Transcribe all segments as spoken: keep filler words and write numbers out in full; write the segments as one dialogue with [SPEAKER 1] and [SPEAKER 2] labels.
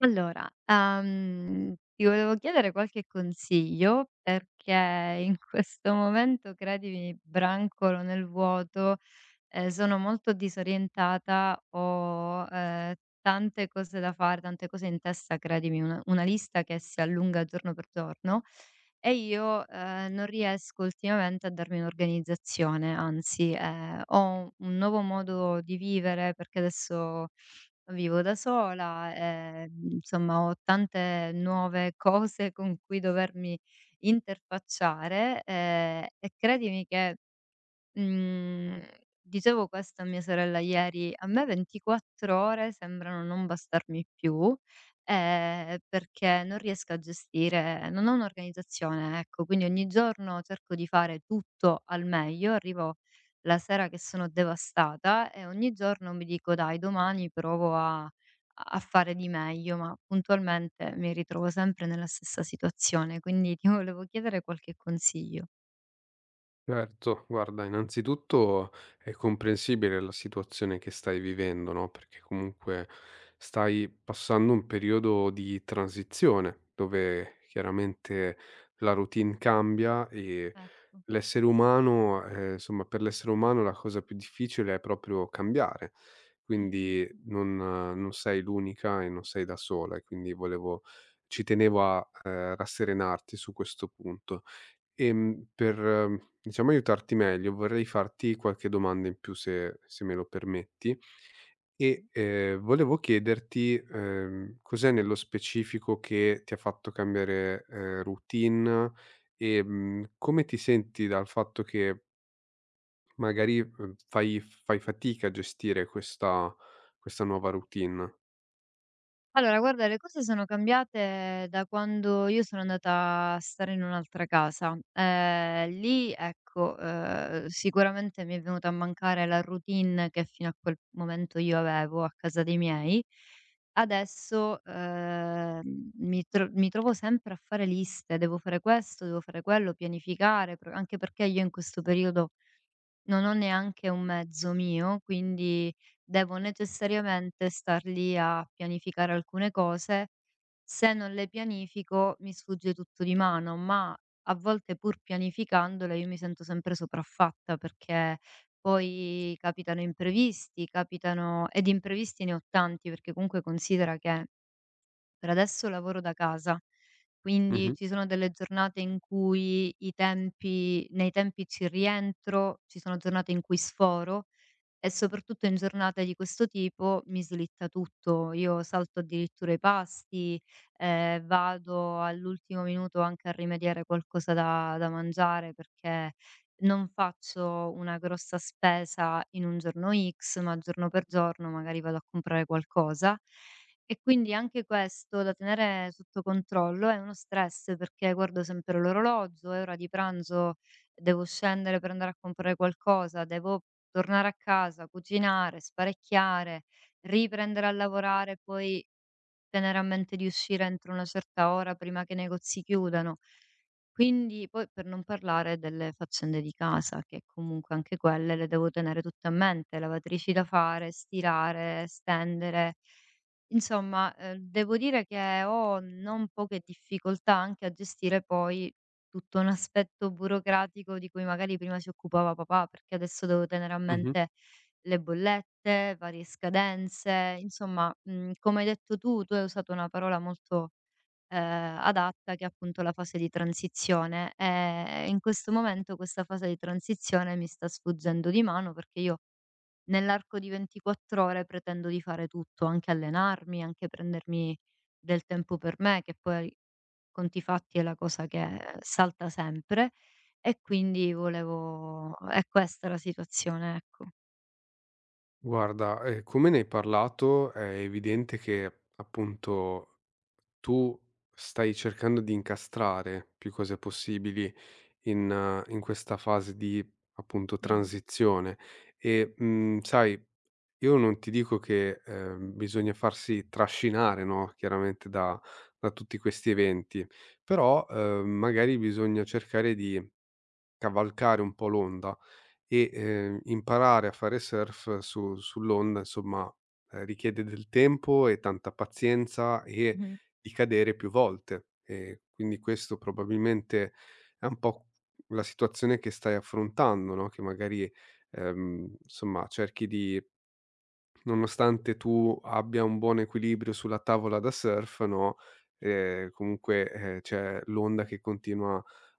[SPEAKER 1] Allora, uhm, ti volevo chiedere qualche consiglio, perché in questo momento, credimi, brancolo nel vuoto, ehm, sono molto disorientata, ho, ehm, tante cose da fare, tante cose in testa, credimi, una una lista che si allunga giorno per giorno e io, ehm, non riesco ultimamente a darmi un'organizzazione, anzi, ehm, ho un nuovo modo di vivere perché adesso vivo da sola, ehm, insomma ho tante nuove cose con cui dovermi interfacciare, ehm, e credimi che Mhmm, dicevo questo a mia sorella ieri, a me ventiquattro ore sembrano non bastarmi più, ehm, perché non riesco a gestire non ho un'organizzazione, ecco, quindi ogni giorno cerco di fare tutto al meglio, arrivo la sera che sono devastata e ogni giorno mi dico: "Dai, domani provo a a fare di meglio", ma puntualmente mi ritrovo sempre nella stessa situazione, quindi ti volevo chiedere qualche consiglio.
[SPEAKER 2] Certo, guarda, innanzitutto è comprensibile la situazione che stai vivendo, no? Perché comunque stai passando un periodo di transizione dove chiaramente la routine cambia e
[SPEAKER 1] Ecco.
[SPEAKER 2] l'essere umano, eh, insomma, per l'essere umano la cosa più difficile è proprio cambiare.
[SPEAKER 1] Mh-mh.
[SPEAKER 2] Quindi non, eh, non sei l'unica e non sei da sola, e quindi volevo, ci tenevo a, eh, rasserenarti su questo punto. Ehm, per, ehm, diciamo, aiutarti meglio vorrei farti qualche domanda in più se se me lo permetti e, ehm, volevo chiederti, ehm, cos'è nello specifico che ti ha fatto cambiare, ehm, routine e, mhmm, come ti senti dal fatto che magari, uhm, fai fai fatica a gestire questa questa nuova routine?
[SPEAKER 1] Allora, guarda, le cose sono cambiate da quando io sono andata a stare in un'altra casa. Eh, lì, ecco, eh, sicuramente mi è venuta a mancare la routine che fino a quel momento io avevo a casa dei miei. Adesso, eh, mi, tro- mi trovo sempre a fare liste, devo fare questo, devo fare quello, pianificare, pro- anche perché io in questo periodo non ho neanche un mezzo mio, quindi devo necessariamente star lì a pianificare alcune cose. Se non le pianifico mi sfugge tutto di mano, ma a volte pur pianificandole io mi sento sempre sopraffatta perché poi capitano imprevisti, capitano ed imprevisti ne ho tanti perché comunque considera che per adesso lavoro da casa, quindi
[SPEAKER 2] Mh-mh,
[SPEAKER 1] ci sono delle giornate in cui i tempi nei tempi ci rientro, ci sono giornate in cui sforo, e soprattutto in giornate di questo tipo mi slitta tutto. Io salto addirittura i pasti, ehm, vado all'ultimo minuto anche a rimediare qualcosa da da mangiare perché non faccio una grossa spesa in un giorno X, ma giorno per giorno magari vado a comprare qualcosa. E quindi anche questo da tenere sotto controllo è uno stress perché guardo sempre l'orologio, è ora di pranzo, devo scendere per andare a comprare qualcosa, devo tornare a casa, cucinare, sparecchiare, riprendere a lavorare poi tenere a mente di uscire entro una certa ora prima che i negozi chiudano. Quindi poi per non parlare delle faccende di casa, che comunque anche quelle le devo tenere tutte a mente, lavatrici da fare, stirare, stendere. Insomma, eh, devo dire che ho non poche difficoltà anche a gestire poi tutto un aspetto burocratico di cui magari prima si occupava papà, perché adesso devo tenere a
[SPEAKER 2] mh-mh.
[SPEAKER 1] mente le bollette, varie scadenze, insomma, mhmm, come hai detto tu, tu hai usato una parola molto, ehm, adatta che è appunto la fase di transizione, ehm, in questo momento questa fase di transizione mi sta sfuggendo di mano perché io nell'arco di ventiquattro ore pretendo di fare tutto, anche allenarmi, anche prendermi del tempo per me, che poi conti fatti è la cosa che eh, salta sempre e quindi volevo è questa la situazione, ecco.
[SPEAKER 2] Guarda, ehm, come ne hai parlato è evidente che appunto tu stai cercando di incastrare più cose possibili in eh, in questa fase di, appunto,
[SPEAKER 1] Sì.
[SPEAKER 2] transizione e, mhmm, sai, io non ti dico che, ehm, bisogna farsi trascinare, no, chiaramente da da tutti questi eventi, però, ehm, magari bisogna cercare di cavalcare un po' l'onda e, ehm, imparare a fare surf su sull'onda insomma, ehm, richiede del tempo e tanta pazienza e
[SPEAKER 1] Mh-mh.
[SPEAKER 2] di cadere più volte. E quindi questo probabilmente è un po' la situazione che stai affrontando, no, che magari, ehm, insomma cerchi di. Nonostante tu abbia un buon equilibrio sulla tavola da surf, no, ehm, comunque, ehm, c'è l'onda che continua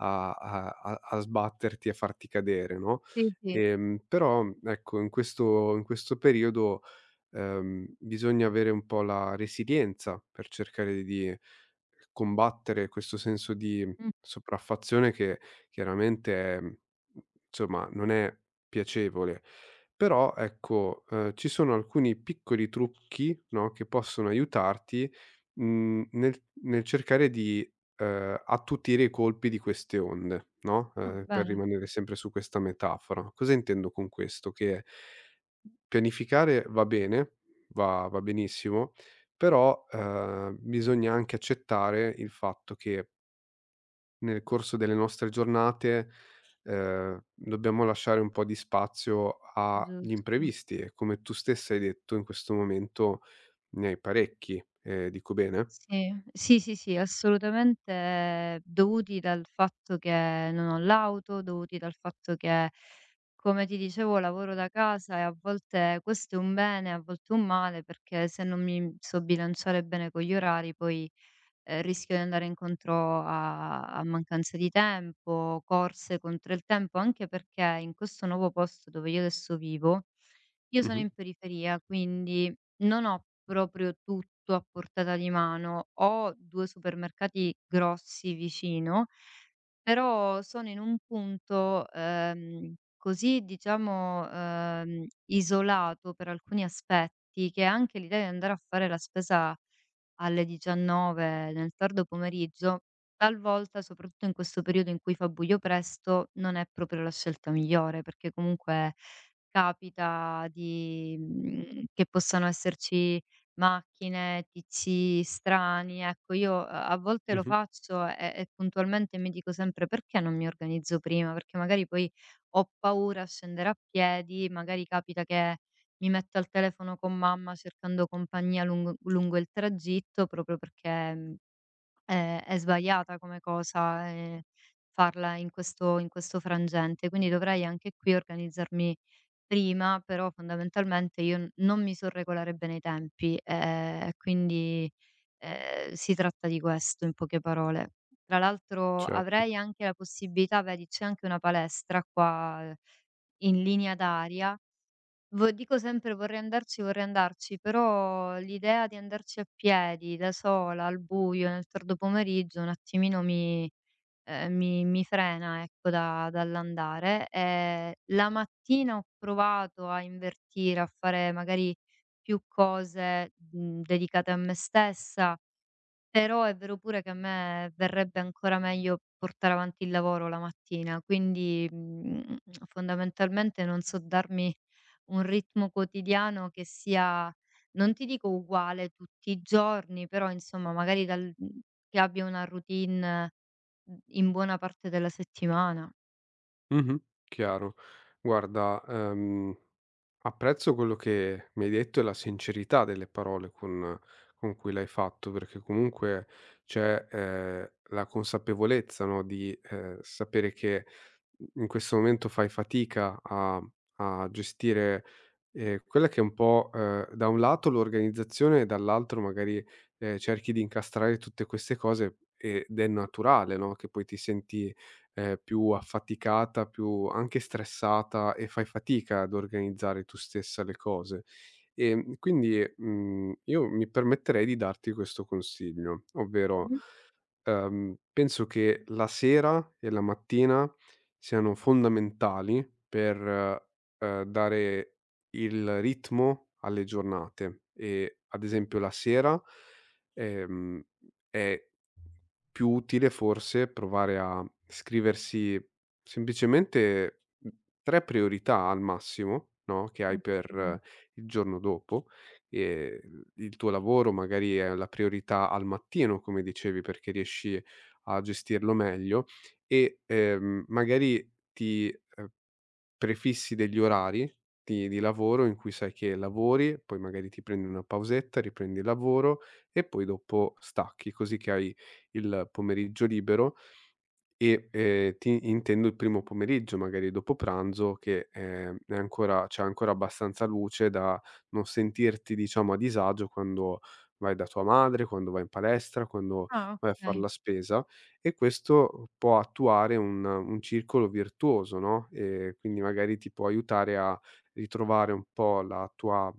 [SPEAKER 2] a a a a sbatterti e a farti cadere, no,
[SPEAKER 1] Sì, sì.
[SPEAKER 2] ehm, però, ecco, in questo in questo periodo ehm, bisogna avere un po' la resilienza per cercare di combattere questo senso di
[SPEAKER 1] Mh.
[SPEAKER 2] sopraffazione che chiaramente è, mhmm, insomma, non è piacevole. Però ecco, ehm, ci sono alcuni piccoli trucchi, no, che possono aiutarti, mhmm, nel nel cercare di, ehm, attutire i colpi di queste onde, no,
[SPEAKER 1] Ah,
[SPEAKER 2] ehm, per
[SPEAKER 1] bene,
[SPEAKER 2] rimanere sempre su questa metafora. Cosa intendo con questo? Che pianificare va bene, va va benissimo, però, ehm, bisogna anche accettare il fatto che nel corso delle nostre giornate, ehm, dobbiamo lasciare un po' di spazio agli
[SPEAKER 1] giusto.
[SPEAKER 2] imprevisti e come tu stessa hai detto in questo momento ne hai parecchi, ehm, dico bene?
[SPEAKER 1] Sì, sì, sì, sì, assolutamente dovuti dal fatto che non ho l'auto, dovuti dal fatto che, come ti dicevo, lavoro da casa e a volte questo è un bene, a volte un male, perché se non mi so bilanciare bene con gli orari poi, ehm, rischio di andare incontro a a mancanza di tempo, corse contro il tempo, anche perché in questo nuovo posto dove io adesso vivo io sono
[SPEAKER 2] Mh-mh,
[SPEAKER 1] in periferia, quindi non ho proprio tutto a portata di mano. Ho due supermercati grossi vicino, però sono in un punto, ehm, così diciamo, ehm, isolato per alcuni aspetti, che anche l'idea di andare a fare la spesa alle diciannove nel tardo pomeriggio, talvolta, soprattutto in questo periodo in cui fa buio presto, non è proprio la scelta migliore, perché comunque capita di mhmm, che possano esserci macchine, tizi strani, ecco io a a volte lo
[SPEAKER 2] mh-mh,
[SPEAKER 1] faccio e e puntualmente mi dico sempre: "Perché non mi organizzo prima?" Perché magari poi ho paura a scendere a piedi, magari capita che mi metto al telefono con mamma cercando compagnia lungo lungo il tragitto, proprio perché, mhmm, è è sbagliata come cosa, ehm, farla in questo in questo frangente. Quindi dovrei anche qui organizzarmi prima, però fondamentalmente io n non mi so regolare bene i tempi, ehm, e quindi, ehm, si tratta di questo in poche parole. Tra l'altro
[SPEAKER 2] certo.
[SPEAKER 1] avrei anche la possibilità vedi, c'è anche una palestra qua eh, in linea d'aria vo dico sempre: "Vorrei andarci, vorrei andarci", però l'idea di andarci a piedi, da sola, al buio, nel tardo pomeriggio, un attimino mi ehm, mi mi frena, ecco, da dall'andare. Ehm, la mattina ho provato a invertire, a fare magari più cose, mhmm, dedicate a me stessa, però è vero pure che a me verrebbe ancora meglio portare avanti il lavoro la mattina, quindi, mhmm, fondamentalmente non so darmi un ritmo quotidiano che sia non ti dico uguale tutti i giorni, però insomma magari dal mhmm, che abbia una routine, mhmm, in buona parte della settimana.
[SPEAKER 2] Mh-mh, chiaro. Guarda, ehm Apprezzo quello che mi hai detto e la sincerità delle parole con con cui l'hai fatto, perché comunque c'è, ehm, la consapevolezza, no, di, ehm, sapere che in questo momento fai fatica a a gestire, ehm, quella che è un po', ehm, da un lato l'organizzazione e dall'altro magari, ehm, cerchi di incastrare tutte queste cose ed è naturale, no, che poi ti senti ehm, più affaticata, più anche stressata e fai fatica ad organizzare tu stessa le cose. Ehm, quindi, mhmm, io mi permetterei di darti questo consiglio, ovvero,
[SPEAKER 1] Mh-mh.
[SPEAKER 2] ehm, penso che la sera e la mattina siano fondamentali per, ehm, dare il ritmo alle giornate e, ad esempio, la sera, ehm, è più utile forse provare a scriversi semplicemente, mhmm, tre priorità al massimo, no, che hai per
[SPEAKER 1] Okay.
[SPEAKER 2] eh, il giorno dopo. Ehm, il tuo lavoro magari è la priorità al mattino, come dicevi, perché riesci a gestirlo meglio e, ehm, magari ti, ehm prefissi degli orari di di lavoro in cui sai che lavori, poi magari ti prendi una pausetta, riprendi il lavoro e poi dopo stacchi, così che hai il pomeriggio libero e, ehm, ti intendo il primo pomeriggio, magari dopo pranzo che, ehm, è ancora c'è ancora abbastanza luce da non sentirti, diciamo, a disagio quando vai da tua madre, quando vai in palestra, quando
[SPEAKER 1] Ah,
[SPEAKER 2] vai a far
[SPEAKER 1] okay.
[SPEAKER 2] la spesa e questo può attuare un un circolo virtuoso, no, ehm, quindi magari ti può aiutare a ritrovare un po' la tua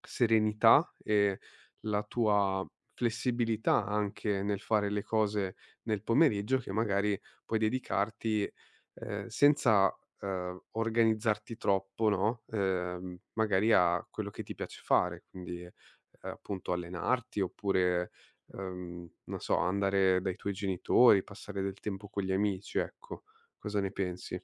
[SPEAKER 2] serenità e la tua flessibilità anche nel fare le cose nel pomeriggio che magari puoi dedicarti, ehm, senza, ehm, organizzarti troppo, no, ehm, magari a quello che ti piace fare, quindi, ehm, appunto allenarti oppure, ehm, non so, andare dai tuoi genitori, passare del tempo con gli amici, ecco. Cosa ne pensi?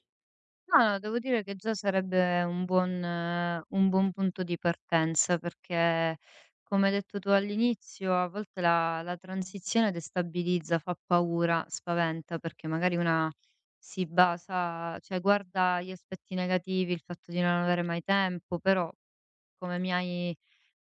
[SPEAKER 1] No, no, devo dire che già sarebbe un buon eh, un buon punto di partenza, perché come hai detto tu all'inizio, a volte la la transizione destabilizza, fa paura, spaventa, perché magari una si basa cioè guarda gli aspetti negativi, il fatto di non avere mai tempo, però come mi hai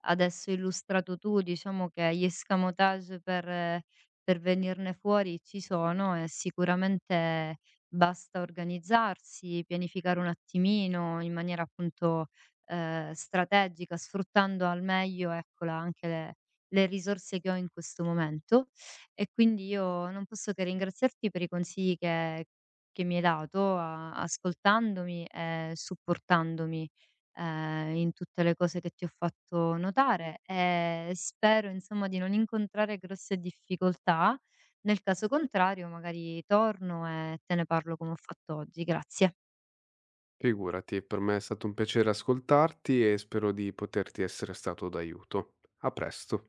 [SPEAKER 1] adesso illustrato tu, diciamo che gli escamotage per, per venirne fuori ci sono e sicuramente basta organizzarsi, pianificare un attimino in maniera appunto eh, strategica, sfruttando al meglio eccola, anche le, le risorse che ho in questo momento. E quindi io non posso che ringraziarti per i consigli che, che mi hai dato, a- ascoltandomi e supportandomi ehm, in tutte le cose che ti ho fatto notare e spero insomma di non incontrare grosse difficoltà. Nel caso contrario magari torno e te ne parlo come ho fatto oggi. Grazie.
[SPEAKER 2] Figurati, per me è stato un piacere ascoltarti e spero di poterti essere stato d'aiuto. A presto.